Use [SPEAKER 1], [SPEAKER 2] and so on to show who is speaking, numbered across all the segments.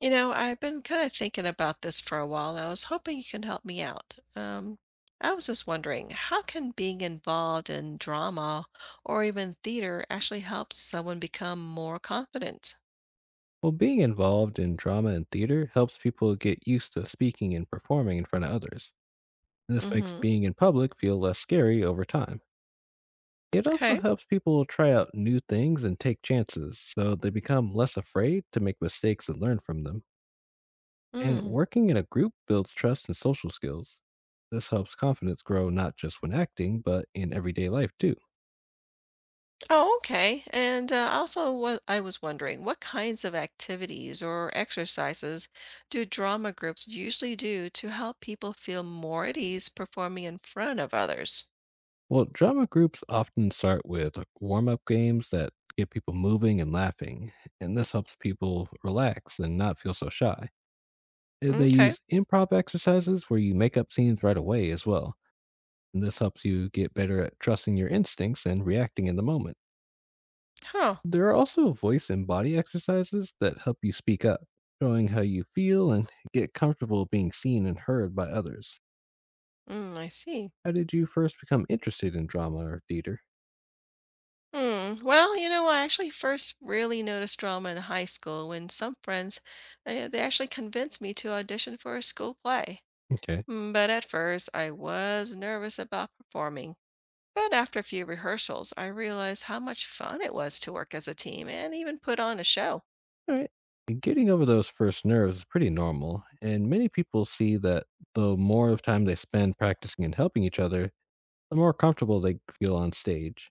[SPEAKER 1] I've been kind of thinking about this for a while, and I was hoping you can help me out. I was just wondering, how can being involved in drama or even theater actually help someone become more confident?
[SPEAKER 2] Well, being involved in drama and theater helps people get used to speaking and performing in front of others. This makes
[SPEAKER 1] Mm-hmm.
[SPEAKER 2] being in public feel less scary over time. It also
[SPEAKER 1] Okay.
[SPEAKER 2] helps people try out new things and take chances, so they become less afraid to make mistakes and learn from them. And
[SPEAKER 1] Mm.
[SPEAKER 2] working in a group builds trust and social skills. This helps confidence grow not just when acting, but in everyday life too.
[SPEAKER 1] Oh, okay. And also, what I was wondering, what kinds of activities or exercises do drama groups usually do to help people feel more at ease performing in front of others?
[SPEAKER 2] Well, drama groups often start with warm up games that get people moving and laughing, and this helps people relax and not feel so shy. They
[SPEAKER 1] Okay.
[SPEAKER 2] use improv exercises where you make up scenes right away as well, and this helps you get better at trusting your instincts and reacting in the moment.
[SPEAKER 1] Huh.
[SPEAKER 2] There are also voice and body exercises that help you speak up, showing how you feel and get comfortable being seen and heard by others.
[SPEAKER 1] Mm, I see.
[SPEAKER 2] How did you first become interested in drama or theater?
[SPEAKER 1] Hmm. Well, I actually first really noticed drama in high school when some friends, they actually convinced me to audition for a school play.
[SPEAKER 2] Okay.
[SPEAKER 1] Mm. But at first, I was nervous about performing. But after a few rehearsals, I realized how much fun it was to work as a team and even put on a show.
[SPEAKER 2] All right. Getting over those first nerves is pretty normal, and many people see that the more of time they spend practicing and helping each other, the more comfortable they feel on stage.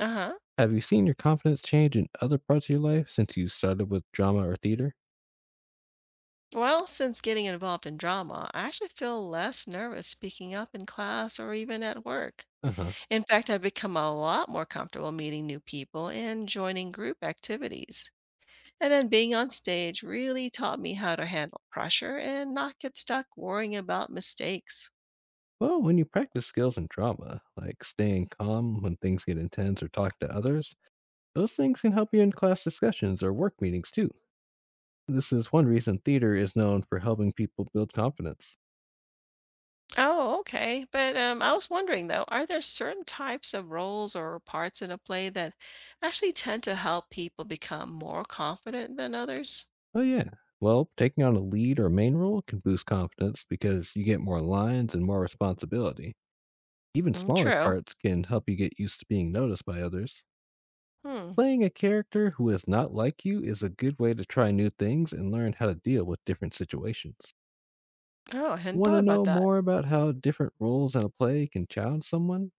[SPEAKER 1] Uh-huh.
[SPEAKER 2] Have you seen your confidence change in other parts of your life since you started with drama or theater?
[SPEAKER 1] Well, since getting involved in drama, I actually feel less nervous speaking up in class or even at work.
[SPEAKER 2] Uh huh.
[SPEAKER 1] In fact, I've become a lot more comfortable meeting new people and joining group activities. And then being on stage really taught me how to handle pressure and not get stuck worrying about mistakes.
[SPEAKER 2] Well, when you practice skills in drama, like staying calm when things get intense or talking to others, those things can help you in class discussions or work meetings too. This is one reason theater is known for helping people build confidence.
[SPEAKER 1] Oh, okay. But I was wondering though, are there certain types of roles or parts in a play that actually tend to help people become more confident than others?
[SPEAKER 2] Oh, yeah. Well, taking on a lead or main role can boost confidence because you get more lines and more responsibility. Even
[SPEAKER 1] Mm,
[SPEAKER 2] smaller
[SPEAKER 1] true.
[SPEAKER 2] parts can help you get used to being noticed by others.
[SPEAKER 1] Hmm.
[SPEAKER 2] Playing a character who is not like you is a good way to try new things and learn how to deal with different situations.
[SPEAKER 1] Oh, I hadn't
[SPEAKER 2] Want
[SPEAKER 1] thought
[SPEAKER 2] to
[SPEAKER 1] about
[SPEAKER 2] know
[SPEAKER 1] that.
[SPEAKER 2] more about how different roles in a play can challenge someone?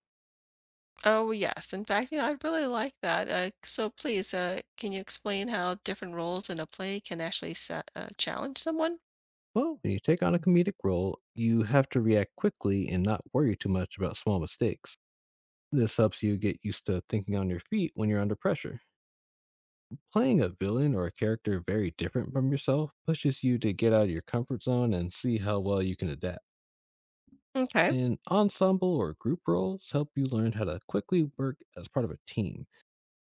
[SPEAKER 1] Oh, yes. In fact, I'd really like that. So please, can you explain how different roles in a play can actually challenge someone?
[SPEAKER 2] Well, when you take on a comedic role, you have to react quickly and not worry too much about small mistakes. This helps you get used to thinking on your feet when you're under pressure. Playing a villain or a character very different from yourself pushes you to get out of your comfort zone and see how well you can adapt.
[SPEAKER 1] Okay.
[SPEAKER 2] And ensemble or group roles help you learn how to quickly work as part of a team.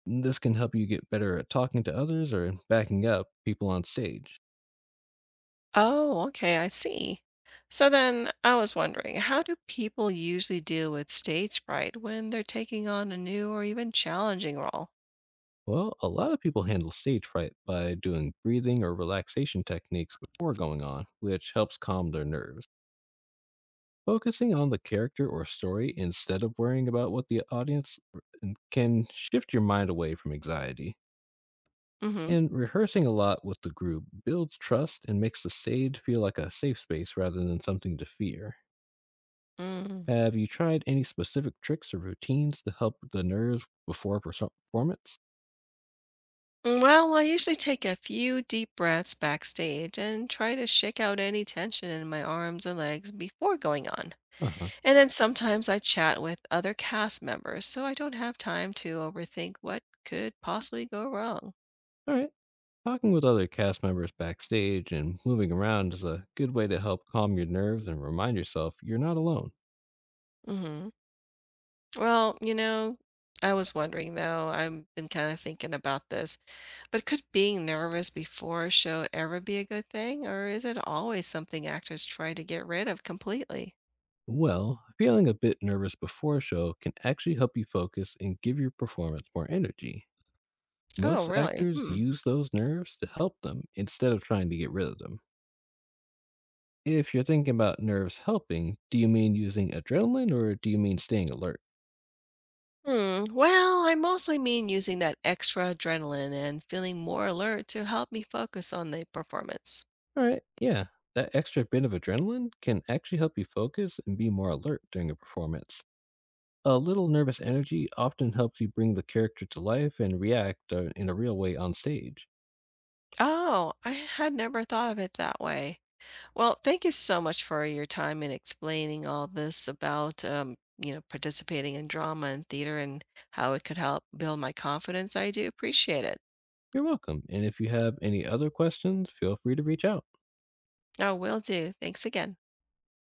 [SPEAKER 2] And this can help you get better at talking to others or backing up people on stage.
[SPEAKER 1] Oh, okay, I see. So then I was wondering, how do people usually deal with stage fright when they're taking on a new or even challenging role?
[SPEAKER 2] Well, a lot of people handle stage fright by doing breathing or relaxation techniques before going on, which helps calm their nerves. Focusing on the character or story instead of worrying about what the audience can shift your mind away from anxiety.
[SPEAKER 1] Mm-hmm.
[SPEAKER 2] And rehearsing a lot with the group builds trust and makes the stage feel like a safe space rather than something to fear.
[SPEAKER 1] Mm.
[SPEAKER 2] Have you tried any specific tricks or routines to help with the nerves before a performance?
[SPEAKER 1] Well, I usually take a few deep breaths backstage and try to shake out any tension in my arms and legs before going on.
[SPEAKER 2] Uh huh.
[SPEAKER 1] And then sometimes I chat with other cast members so I don't have time to overthink what could possibly go wrong.
[SPEAKER 2] All right. Talking with other cast members backstage and moving around is a good way to help calm your nerves and remind yourself you're not alone.
[SPEAKER 1] Mm-hmm. Well, I was wondering though, I've been kind of thinking about this, but could being nervous before a show ever be a good thing, or is it always something actors try to get rid of completely?
[SPEAKER 2] Well, feeling a bit nervous before a show can actually help you focus and give your performance more energy.
[SPEAKER 1] Oh,
[SPEAKER 2] Most
[SPEAKER 1] really?
[SPEAKER 2] actors
[SPEAKER 1] Hmm.
[SPEAKER 2] use those nerves to help them instead of trying to get rid of them. If you're thinking about nerves helping, do you mean using adrenaline or do you mean staying alert?
[SPEAKER 1] Hmm. Well, I mostly mean using that extra adrenaline and feeling more alert to help me focus on the performance.
[SPEAKER 2] All right, yeah, that extra bit of adrenaline can actually help you focus and be more alert during a performance. A little nervous energy often helps you bring the character to life and react in a real way on stage.
[SPEAKER 1] Oh, I had never thought of it that way. Well, thank you so much for your time and explaining all this about, participating in drama and theater and how it could help build my confidence. I do appreciate it.
[SPEAKER 2] You're welcome. And if you have any other questions, feel free to reach out.
[SPEAKER 1] Oh, will do. Thanks again.